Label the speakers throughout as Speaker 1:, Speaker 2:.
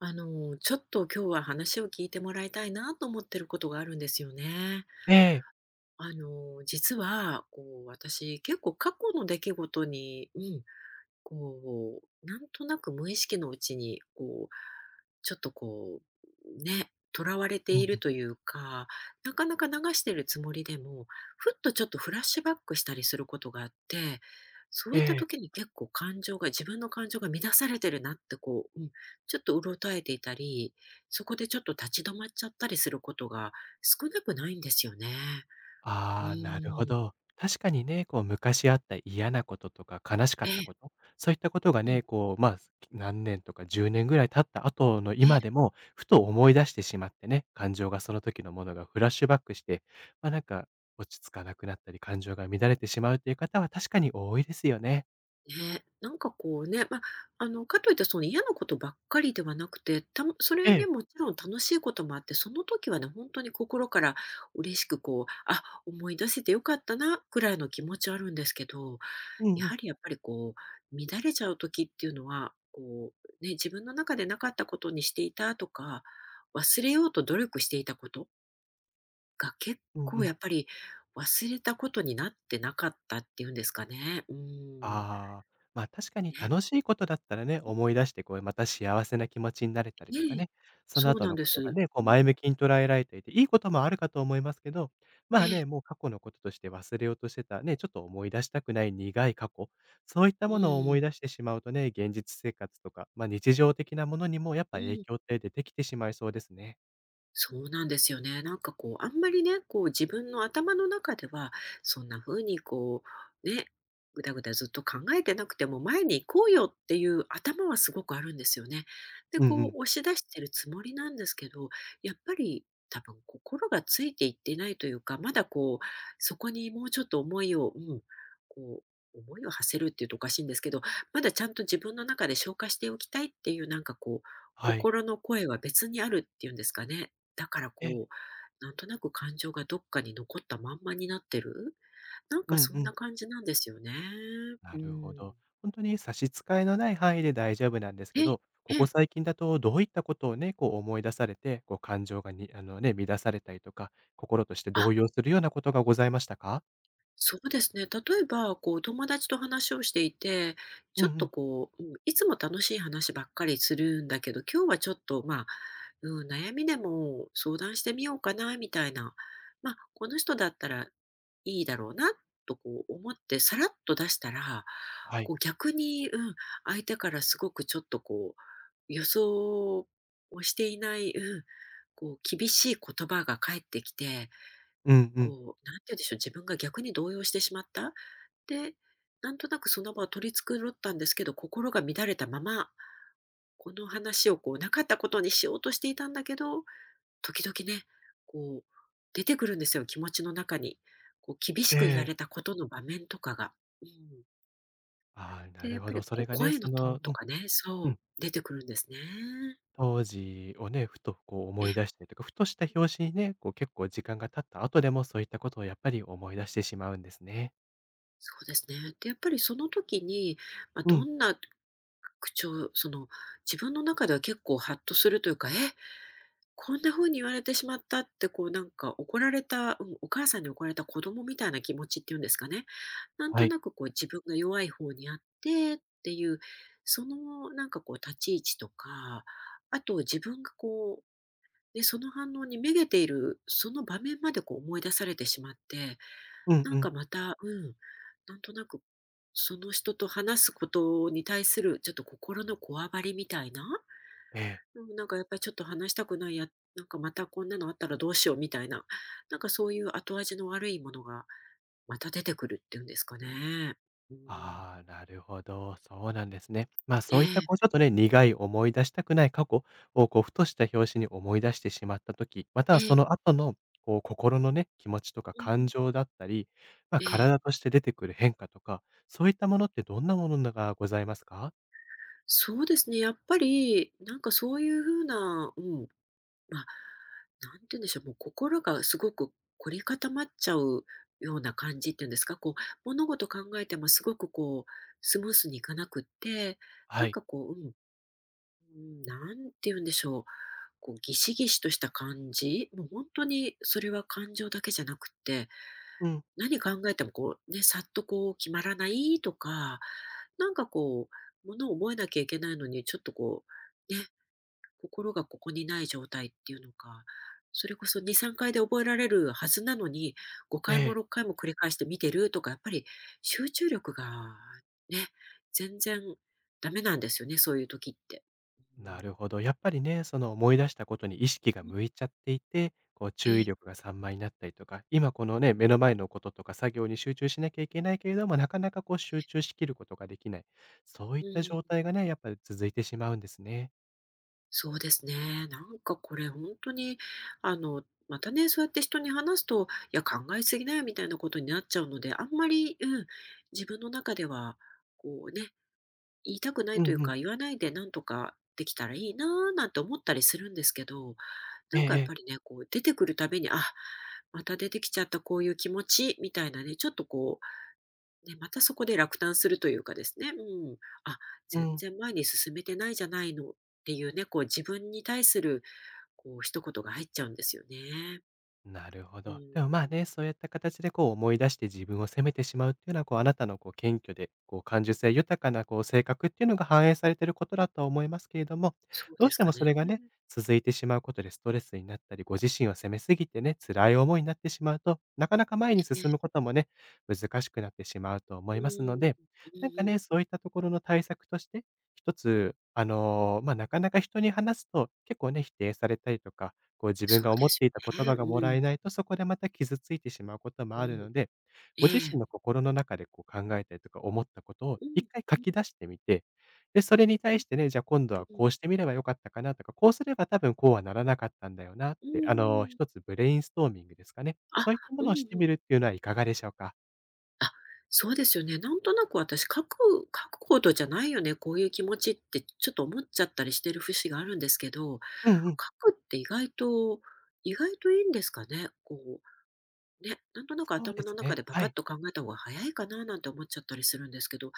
Speaker 1: ちょっと今日は話を聞いてもらいたいなと思ってることがあるんですよね。
Speaker 2: ええ。
Speaker 1: 実は、こう、私、結構過去の出来事に、こう、なんとなく無意識のうちに、こう、ちょっとこう、ね、囚われて
Speaker 2: うんう
Speaker 1: い
Speaker 2: ん。
Speaker 1: るというか、なかなか流してるつもりでも、ふっとちょっとフラッシュバックしたりすることがあって、そう
Speaker 2: え
Speaker 1: いった
Speaker 2: え。
Speaker 1: 時に結構感情が、自分の感情が乱されてるなってこう、ちょっとうろたえていたり、そこでちょっと立ち止まっちゃったりすることが少なくないんですよね。う
Speaker 2: ああ、なるほ
Speaker 1: ーん。
Speaker 2: ど。確かにね、こう昔あった嫌なこととか悲しか
Speaker 1: え
Speaker 2: った
Speaker 1: え、
Speaker 2: こと、そういったことが
Speaker 1: う
Speaker 2: ね、
Speaker 1: ん、
Speaker 2: こう、まあ、何年とか10年ぐらい経った後の
Speaker 1: ええ。
Speaker 2: 今でも、ふと思い出してしまってね、感情がその時のものがフラッシュバックして、ま、なんか落ち着かなくなったり、感情が乱れてしまうという方は確かに多いですよね。
Speaker 1: ね、なんかこうね、まあ、かといってその嫌なことばっかりではなくて、たそれ
Speaker 2: え
Speaker 1: はね、
Speaker 2: え。
Speaker 1: もちろん楽しいこともあって、その時はね、本当に心から嬉しくこう、あ、思い出せてよかったなくらいの気持ちはあるんですけど、
Speaker 2: うん
Speaker 1: や
Speaker 2: うん。
Speaker 1: はりやっぱりこう、乱れちゃう時っていうのは、こう、ね、自分の中でなかったことにしていたとか、忘れようと努力していたことが結
Speaker 2: うんう
Speaker 1: 構や
Speaker 2: ん。
Speaker 1: っぱり忘れたことになってなかったっていうんですかね。うん。
Speaker 2: ああ、まあ、確かに
Speaker 1: ね。
Speaker 2: 楽しいことだったらね、思い出して、こう、また幸せな気持ちになれたりとか
Speaker 1: ええ、
Speaker 2: ね、その
Speaker 1: そう
Speaker 2: 後
Speaker 1: なん
Speaker 2: の
Speaker 1: で
Speaker 2: ことが
Speaker 1: す。
Speaker 2: ね、こう、
Speaker 1: うん。
Speaker 2: 前向きに捉えられていて、いいこともあるかと思いますけど、まあね、もう過去のこととして忘れようとしてた、ね、ちょっと思い出したくない苦い過去、そういった
Speaker 1: う
Speaker 2: ものを思い
Speaker 1: ん、
Speaker 2: 出してしまうとね、現実生活とか、まあ、日常的なものにもやっぱ影響って出てきてしまいそうですね。
Speaker 1: そうなんですよね。なんかこう、あんまりね、こう自分の頭の中では、そんな風にこう、ね、ぐだぐだずっと考えてなくても、前に行こうよっていう頭はすごくあるんですよね。で、
Speaker 2: うんう
Speaker 1: こ
Speaker 2: ん。
Speaker 1: う押し出してるつもりなんですけど、やっぱり多分心がついていってないというか、まだこう、そこにもうちょっと思いを、うん、こう、思いを馳せるっていうとおかしいんですけど、まだちゃんと自分の中で消化しておきたいっていう、なんかこう、
Speaker 2: はい。
Speaker 1: 心の声は別にあるっていうんですかね。だから
Speaker 2: ええ。
Speaker 1: こう、なんとなく感情がどっかに残ったまんまになってる、なん
Speaker 2: う
Speaker 1: か
Speaker 2: ん
Speaker 1: そ
Speaker 2: う
Speaker 1: んな
Speaker 2: ん。
Speaker 1: 感じなんですよね。
Speaker 2: な
Speaker 1: う
Speaker 2: るほ
Speaker 1: ん。
Speaker 2: ど。本当に差し支えのない範囲で大丈夫なんです
Speaker 1: え
Speaker 2: け
Speaker 1: え、
Speaker 2: ど、こ
Speaker 1: え
Speaker 2: こ
Speaker 1: え。
Speaker 2: 最近だとどういったことをね、こう思い出されて、こう感情がにあのね、乱されたりとか、心として
Speaker 1: あ、
Speaker 2: 動揺するようなことがございましたか？
Speaker 1: そうですね。例えば、こう、友達と話をしていて、ち
Speaker 2: う
Speaker 1: ょ
Speaker 2: んう
Speaker 1: っと
Speaker 2: ん。
Speaker 1: こう、いつも楽しい話ばっかりするんだけど、今日はちょっと、まあ、うん、悩みでも相談してみようかな、みたいな。まあ、この人だったらいいだろうな、とこう思って、さらっと出したら、
Speaker 2: はい。
Speaker 1: こう逆に、相手からすごくちょっとこう、予想をしていない、厳しい言葉が返ってきて、
Speaker 2: うんうん。
Speaker 1: こう、なんて言うんでしょう、自分が逆に動揺してしまった。で、なんとなくその場を取り繕ったんですけど、心が乱れたまま、この話をこうなかったことにしようとしていたんだけど、時々ね、こう出てくるんですよ、気持ちの中に。こう厳し
Speaker 2: え
Speaker 1: く言わ
Speaker 2: え。
Speaker 1: れたことの場面とかが。うん。
Speaker 2: ああ、な
Speaker 1: で、や
Speaker 2: る
Speaker 1: っ
Speaker 2: ほ
Speaker 1: ぱり
Speaker 2: ど。そ
Speaker 1: こ
Speaker 2: れ
Speaker 1: う
Speaker 2: がね、
Speaker 1: 声
Speaker 2: そ
Speaker 1: のトーン
Speaker 2: のう
Speaker 1: と
Speaker 2: ん、
Speaker 1: かね、
Speaker 2: う
Speaker 1: そ
Speaker 2: ん、
Speaker 1: う、出てくるんですね。
Speaker 2: 当時をね、ふとこう
Speaker 1: ええ、
Speaker 2: 思い出したりとか、ふとした拍子にね、こう結構時間が経った後でもそういったことをやっぱり思い出してしまうんですね。
Speaker 1: そうですね。で、やっぱりその時に、まあ、
Speaker 2: う
Speaker 1: ど
Speaker 2: ん。
Speaker 1: んな口調、その、自分の中では結構ハッとするというか、え、こんな風に言われてしまったって、こうなんか怒られた、うん、お母さんに怒られた子供みたいな気持ちっていうんですかね。なん
Speaker 2: は
Speaker 1: と
Speaker 2: い。
Speaker 1: なくこう自分が弱い方にあってっていう、そのなんかこう立ち位置とか、あと自分がこう、ね、その反応にめげている、その場面までこう思い出されてしまって、
Speaker 2: うん
Speaker 1: な
Speaker 2: う
Speaker 1: んか
Speaker 2: ん。
Speaker 1: また、なんとなく、その人と話すことに対するちょっと心のこわばりみたいな、
Speaker 2: ええ。
Speaker 1: うん、なんかやっぱりちょっと話したくない、や、なんかまたこんなのあったらどうしようみたいな、なんかそういう後味の悪いものがまた出てくるっていうんですかね。うん。
Speaker 2: ああ、なるほど、そうなんですね。まあ、
Speaker 1: え
Speaker 2: そういった
Speaker 1: え、
Speaker 2: こうちょっとね、苦い思い出したくない過去をこうふとした拍子に思い出してしまった時、また
Speaker 1: え
Speaker 2: はそ
Speaker 1: え、
Speaker 2: の後のこう心のね、気持ちとか
Speaker 1: う
Speaker 2: 感
Speaker 1: ん、
Speaker 2: 情だったり、まあ、
Speaker 1: ええ。
Speaker 2: 体として出てくる変化とか、そういったものってどんなものがございますか？
Speaker 1: そうですね。やっぱり、なんかそういうふうな、まあ、何て言うんでしょう、もう心がすごく凝り固まっちゃうような感じっていうんですか、こう、物事考えてもすごくこう、スムースにいかなくって、な
Speaker 2: は
Speaker 1: ん
Speaker 2: い。
Speaker 1: かこう、何て言うんでしょう、こうギシギシとした感じ、もう本当にそれは感情だけじゃなくって、
Speaker 2: うん、
Speaker 1: 何考えてもこうね、さっとこう決まらないとか、なんかこう、物を覚えなきゃいけないのにちょっとこう、ね、心がここにない状態っていうのか、それこそ2、3回で覚えられるはずなのに、5
Speaker 2: え
Speaker 1: 回も6
Speaker 2: え
Speaker 1: 回も繰り返して見てるとか、やっぱり集中力がね、全然ダメなんですよね、そういう時って。
Speaker 2: なるほど。やっぱりね、その思い出したことに意識
Speaker 1: う
Speaker 2: が
Speaker 1: ん。
Speaker 2: 向いちゃっていて、こう
Speaker 1: え
Speaker 2: 注意
Speaker 1: え、
Speaker 2: 力が散漫になったりとか、今このね、目の前のこととか作業に集中しなきゃいけないけれども、なかなかこう集中しきることができない。そうい
Speaker 1: う
Speaker 2: った
Speaker 1: ん。
Speaker 2: 状態がね、やっぱり続いてしまうんですね。
Speaker 1: そうですね。なんかこれ本当に、またね、そうやって人に話すと、いや、考えすぎだよみたいなことになっちゃうので、あんまり、自分の中では、こうね、言いたくない
Speaker 2: う
Speaker 1: という
Speaker 2: んうん。
Speaker 1: か、言わないでなんとかできたらいいななんて思ったりするんですけど、
Speaker 2: え
Speaker 1: な
Speaker 2: え
Speaker 1: んかやっ
Speaker 2: え
Speaker 1: ぱ
Speaker 2: え。
Speaker 1: りね、こう出てくるたびに、あ、また出てきちゃったこういう気持ちみたいなね、ちょっとこう、ね、またそこで落胆するというかですね、あ、
Speaker 2: う
Speaker 1: 全
Speaker 2: ん。
Speaker 1: 然前に進めてないじゃないのっていうね、こう自分に対するこう一言が入っちゃうんですよね。
Speaker 2: なるほ
Speaker 1: う
Speaker 2: ど。
Speaker 1: ん、
Speaker 2: でもまあね、そういった形でこう思い出して自分を責めてしまうっていうのは、こうあなたのこう謙虚で、こう感受性豊かなこう性格っていうのが反映されていることだとは思いますけれども、
Speaker 1: そう
Speaker 2: どう
Speaker 1: で
Speaker 2: し
Speaker 1: す
Speaker 2: て
Speaker 1: か
Speaker 2: もそ
Speaker 1: ね。
Speaker 2: れがね、
Speaker 1: う
Speaker 2: 続
Speaker 1: ん
Speaker 2: いてしまうことでストレスになったり、ご自身を責めすぎてね、辛い思いになってしまうと、なかなか前に
Speaker 1: ええ、
Speaker 2: 進むこともね、難しくなってしまうと思
Speaker 1: う
Speaker 2: い
Speaker 1: ん、
Speaker 2: ますので、
Speaker 1: うんう
Speaker 2: なんか
Speaker 1: ん、
Speaker 2: ね、そういったところの対策として、一つ、まあ、なかなか人に話すと結構ね、否定されたりとか、こう自分
Speaker 1: そう
Speaker 2: が思
Speaker 1: で
Speaker 2: っ
Speaker 1: す
Speaker 2: ていた言
Speaker 1: よ
Speaker 2: 葉がもらえ
Speaker 1: ね。
Speaker 2: ないと、そこでまた傷ついてしまうことも
Speaker 1: うん、
Speaker 2: ある
Speaker 1: うん、
Speaker 2: ので、
Speaker 1: え
Speaker 2: ご自身
Speaker 1: え。
Speaker 2: の心の中でこう考えたりとか思ったことを
Speaker 1: うん、
Speaker 2: 一回書
Speaker 1: う
Speaker 2: き
Speaker 1: ん、
Speaker 2: 出してみて、で、それに
Speaker 1: う
Speaker 2: 対してね、じゃあ今度は
Speaker 1: ん、うん、
Speaker 2: こうしてみればよかったかなとか、こうすれば多分こうはならなかったんだよなっ
Speaker 1: う
Speaker 2: て、あ
Speaker 1: ー
Speaker 2: の、
Speaker 1: ん。
Speaker 2: 一つブレインストーミングですかね。
Speaker 1: あ、
Speaker 2: そういったも
Speaker 1: うん
Speaker 2: の
Speaker 1: う
Speaker 2: を
Speaker 1: んうん
Speaker 2: し
Speaker 1: う
Speaker 2: て
Speaker 1: んうん
Speaker 2: みるっていうのはいかがでしょうか？
Speaker 1: あ、そうですよね。なんとなく私、書くほどじゃないよね、こういう気持ちってちょっと思っちゃったりしてる節があるんですけど、
Speaker 2: うんうん。
Speaker 1: 書くって意外といいんですかね？こう、ね、なんとなく
Speaker 2: そう
Speaker 1: 頭
Speaker 2: です
Speaker 1: の中
Speaker 2: ね、
Speaker 1: でパ
Speaker 2: は
Speaker 1: パッ
Speaker 2: い。
Speaker 1: と考えた方が早いかななんて思っちゃったりするんですけど、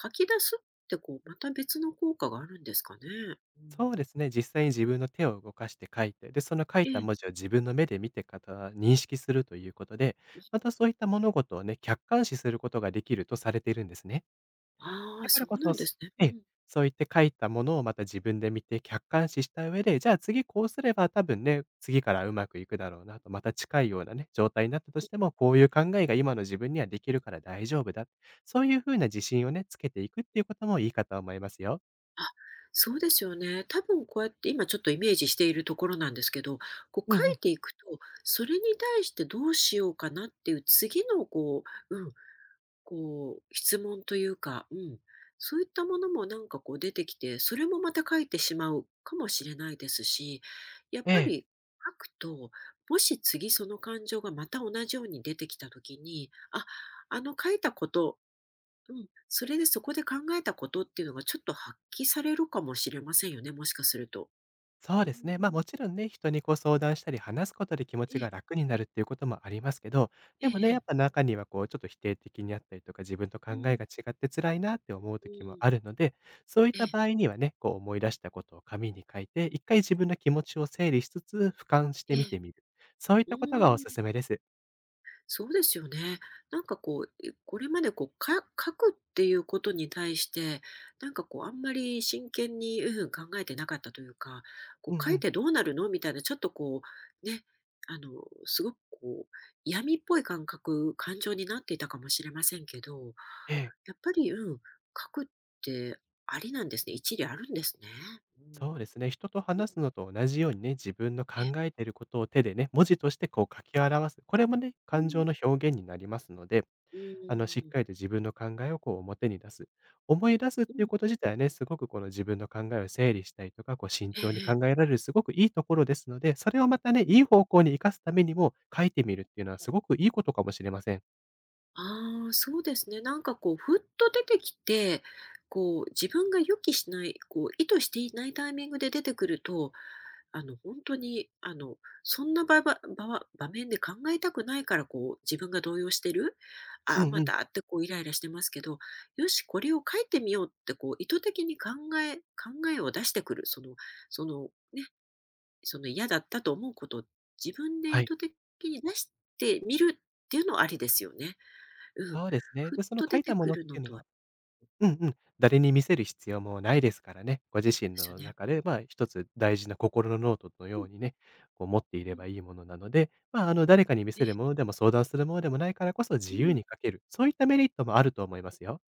Speaker 1: 書き出すってこう、また別の効果があるんですかね？う
Speaker 2: そうで
Speaker 1: ん。
Speaker 2: すね、実際に自分の手を動かして書いて、で、その書い
Speaker 1: え
Speaker 2: た
Speaker 1: え。
Speaker 2: 文字を自分の目で見てから認識するということで、またそういった物事をね、客観視することができるとされているんですね。
Speaker 1: ああ、
Speaker 2: だから
Speaker 1: そ
Speaker 2: こ
Speaker 1: うな
Speaker 2: そ、
Speaker 1: んですね。う
Speaker 2: ええ、
Speaker 1: ん。
Speaker 2: そういって書いたものをまた自分で見て客観視した上で、じゃあ次こうすれば多分ね、次からうまくいくだろうなと、また近いようなね、状態になったとしても、こういう考えが今の自分にはできるから大丈夫だ。そういうふうな自信をね、つけていくっていうこともいいかと思いますよ。
Speaker 1: あ、そうですよね。多分こうやって今ちょっとイメージしているところなんですけど、こう
Speaker 2: うん
Speaker 1: 書
Speaker 2: うん。
Speaker 1: いていくと、それに対してどうしようかなっていう次のこう、こう質問というか、そういったものもなんかこう出てきて、それもまた書いてしまうかもしれないですし、やっ
Speaker 2: え
Speaker 1: ぱ
Speaker 2: え。
Speaker 1: り書くと、もし次その感情がまた同じように出てきた時に、あ、あの書いたことうん、それでそこで考えたことっていうのがちょっと発揮されるかもしれませんよね、もしかすると。
Speaker 2: そう
Speaker 1: う
Speaker 2: ですね。まあ
Speaker 1: ん。
Speaker 2: もちろんね、人にこう相談したり話すことで気持ち
Speaker 1: ええ、
Speaker 2: が楽になるっていうこともありますけど、
Speaker 1: え
Speaker 2: で
Speaker 1: え
Speaker 2: もね、
Speaker 1: え
Speaker 2: やっ
Speaker 1: え。
Speaker 2: ぱ中にはこうちょっと否定的にあったりとか自分と
Speaker 1: う
Speaker 2: 考え
Speaker 1: ん、
Speaker 2: が違って辛いなって思う
Speaker 1: う
Speaker 2: 時も
Speaker 1: ん。
Speaker 2: あるので、そういっ
Speaker 1: え
Speaker 2: た
Speaker 1: え、
Speaker 2: 場合にはね、こう思い出したことを紙に書いて、一回自分の気持ちを整理しつつ俯瞰し
Speaker 1: え
Speaker 2: てみ
Speaker 1: え。
Speaker 2: てみる。そういっ
Speaker 1: う
Speaker 2: たことがお
Speaker 1: ん。
Speaker 2: すすめです。
Speaker 1: そうですよね。なんかこう、これまでこう、書くっていうことに対して、なんかこう、あんまり真剣に、考えてなかったというか、こ
Speaker 2: う
Speaker 1: う、
Speaker 2: ん
Speaker 1: 書
Speaker 2: う
Speaker 1: い
Speaker 2: ん。
Speaker 1: てどうなるのみたいな、ちょっとこう、ね、あの、すごくこう、闇っぽい感覚、感情になっていたかもしれませんけど、
Speaker 2: ええ。
Speaker 1: やっぱり、書くってありなんですね。一理あるんですね。うん。
Speaker 2: そうですね。人と
Speaker 1: うん
Speaker 2: 話すのと同じようにね、自分の
Speaker 1: え、
Speaker 2: 考えていることを手でね、文字として
Speaker 1: うん、
Speaker 2: こう書き表す。これもね、
Speaker 1: う
Speaker 2: 感
Speaker 1: ん、
Speaker 2: 情の表現になりますので、
Speaker 1: う
Speaker 2: あの、しっ
Speaker 1: ん、
Speaker 2: かりと自分の考えをこう表に出す。思い出すっ
Speaker 1: う
Speaker 2: ていう
Speaker 1: ん
Speaker 2: こと自体はね、すごくこの自分の考えを整理したりとか、こう慎
Speaker 1: ええ、
Speaker 2: 重に考
Speaker 1: ええ
Speaker 2: えられるすごくいいところですので、それをまたね、いい方向に生かすためにも書いてみるっていうのはすごくいいことかもしれません。
Speaker 1: ああ、そうですね。なんかこう、ふっと出てきて、こう、自分が予期しない、こう、意図していないタイミングで出てくると、本当に、そんな場ば場は場面で考えたくないから、こう、自分が動揺してる、あ
Speaker 2: う
Speaker 1: あ、
Speaker 2: ん
Speaker 1: ま
Speaker 2: うん。
Speaker 1: たってこうイライラしてますけど、よし、これを書いてみようってこう、意図的に考えを出してくる、その、ね、その嫌だったと思うことを自分で
Speaker 2: は
Speaker 1: 意
Speaker 2: い。
Speaker 1: 図的に出してみるっていうのはありですよね。うん、
Speaker 2: そうですね。
Speaker 1: ふっ
Speaker 2: で、その
Speaker 1: と
Speaker 2: 書
Speaker 1: 出
Speaker 2: い
Speaker 1: て
Speaker 2: たも
Speaker 1: く
Speaker 2: のっ
Speaker 1: る
Speaker 2: て
Speaker 1: の
Speaker 2: いうの
Speaker 1: とは
Speaker 2: はう
Speaker 1: うん、う
Speaker 2: ん
Speaker 1: ん、
Speaker 2: うん。誰に見せる必要もないですからね。ご自
Speaker 1: そう
Speaker 2: 身
Speaker 1: ですよ
Speaker 2: の
Speaker 1: ね。
Speaker 2: 中で、
Speaker 1: う
Speaker 2: まあ、一つ大事な心のノートの
Speaker 1: ん、う
Speaker 2: よ
Speaker 1: ん、
Speaker 2: うにね、こう持ってい
Speaker 1: う
Speaker 2: れ
Speaker 1: ん。
Speaker 2: ばいいものなので、まあ、あの、誰かに見
Speaker 1: え
Speaker 2: せ
Speaker 1: え、
Speaker 2: るものでも相談するものでもないからこそ
Speaker 1: う
Speaker 2: 自由
Speaker 1: ん、
Speaker 2: に書ける。そういったメリットもあると思いますよ。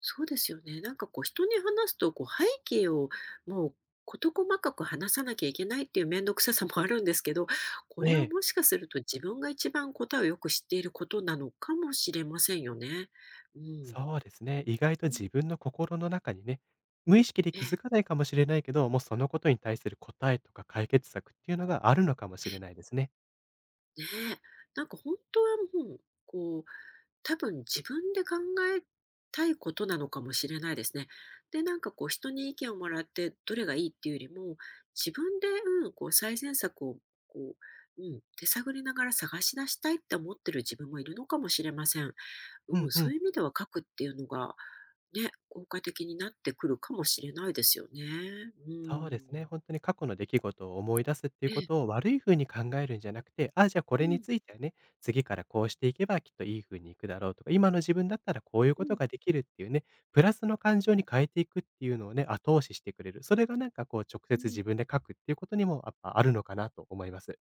Speaker 1: そうですよね。なんかこう人に話すと、こう背景をもう事細かく話さなきゃいけないっていう面倒くささもあるんですけど、こ
Speaker 2: え
Speaker 1: れは
Speaker 2: え。
Speaker 1: もしかすると自分が一番答えをよく知っていることなのかもしれませんよね。うん。
Speaker 2: そうですね。意外と
Speaker 1: うん
Speaker 2: 自
Speaker 1: うん。
Speaker 2: 分の心の中にね、無意識で
Speaker 1: えええ。
Speaker 2: 気づかないかもしれないけど、もうそのことに対する答えとか解決策っていうのがあるのかもしれないですね。
Speaker 1: ねえ、なんか本当はもう、こう、多分自分で考えたいことなのかもしれないですね。で、なんかこう人に意見をもらってどれがいいっていうよりも、自分で、うん、こう最善策を、こう、手探りながら探し出したいって思ってる自分もいるのかもしれません。
Speaker 2: う
Speaker 1: う
Speaker 2: ん
Speaker 1: ん、
Speaker 2: う
Speaker 1: そう
Speaker 2: ん。
Speaker 1: いう意味では書くっていうのが、ね、効果的になってくるかもしれないですよね。う
Speaker 2: そうですね。
Speaker 1: ん。
Speaker 2: 本当に過去の出来事を思い出すっていう
Speaker 1: え
Speaker 2: こ
Speaker 1: え、
Speaker 2: とを悪い風に考えるんじゃなくて、あじゃあこ
Speaker 1: う
Speaker 2: れ
Speaker 1: ん、
Speaker 2: についてはね、次からこうしていけばきっといい風にいくだろうとか、今の自分だったらこういう
Speaker 1: う
Speaker 2: こと
Speaker 1: ん、
Speaker 2: ができるっていうね、プラスの感情に変えていくっていうのをね、後押ししてくれる。それがなんかこう直
Speaker 1: う
Speaker 2: 接
Speaker 1: ん。
Speaker 2: 自分で書くっていうことにもやっぱあるのかなと思います。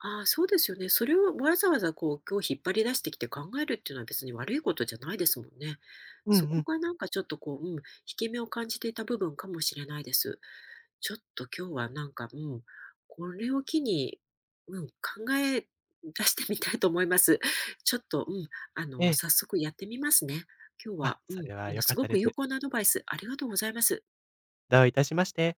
Speaker 1: ああ、そうですよね。それをわざわざこう、今日引っ張り出してきて考えるっていうのは別に悪いことじゃないですもんね。
Speaker 2: う
Speaker 1: そ
Speaker 2: んう
Speaker 1: こ
Speaker 2: ん。
Speaker 1: がなんかちょっとこう、引け目を感じていた部分かもしれないです。ちょっと今日はなんか、これを機に、うん、考え出してみたいと思います。ちょっと、
Speaker 2: ええ。
Speaker 1: 早速やってみますね。今日
Speaker 2: あ、
Speaker 1: は、
Speaker 2: それは良か
Speaker 1: す
Speaker 2: った
Speaker 1: ごく
Speaker 2: です。
Speaker 1: 有効なアドバイスありがとうございます。
Speaker 2: どういたしまして。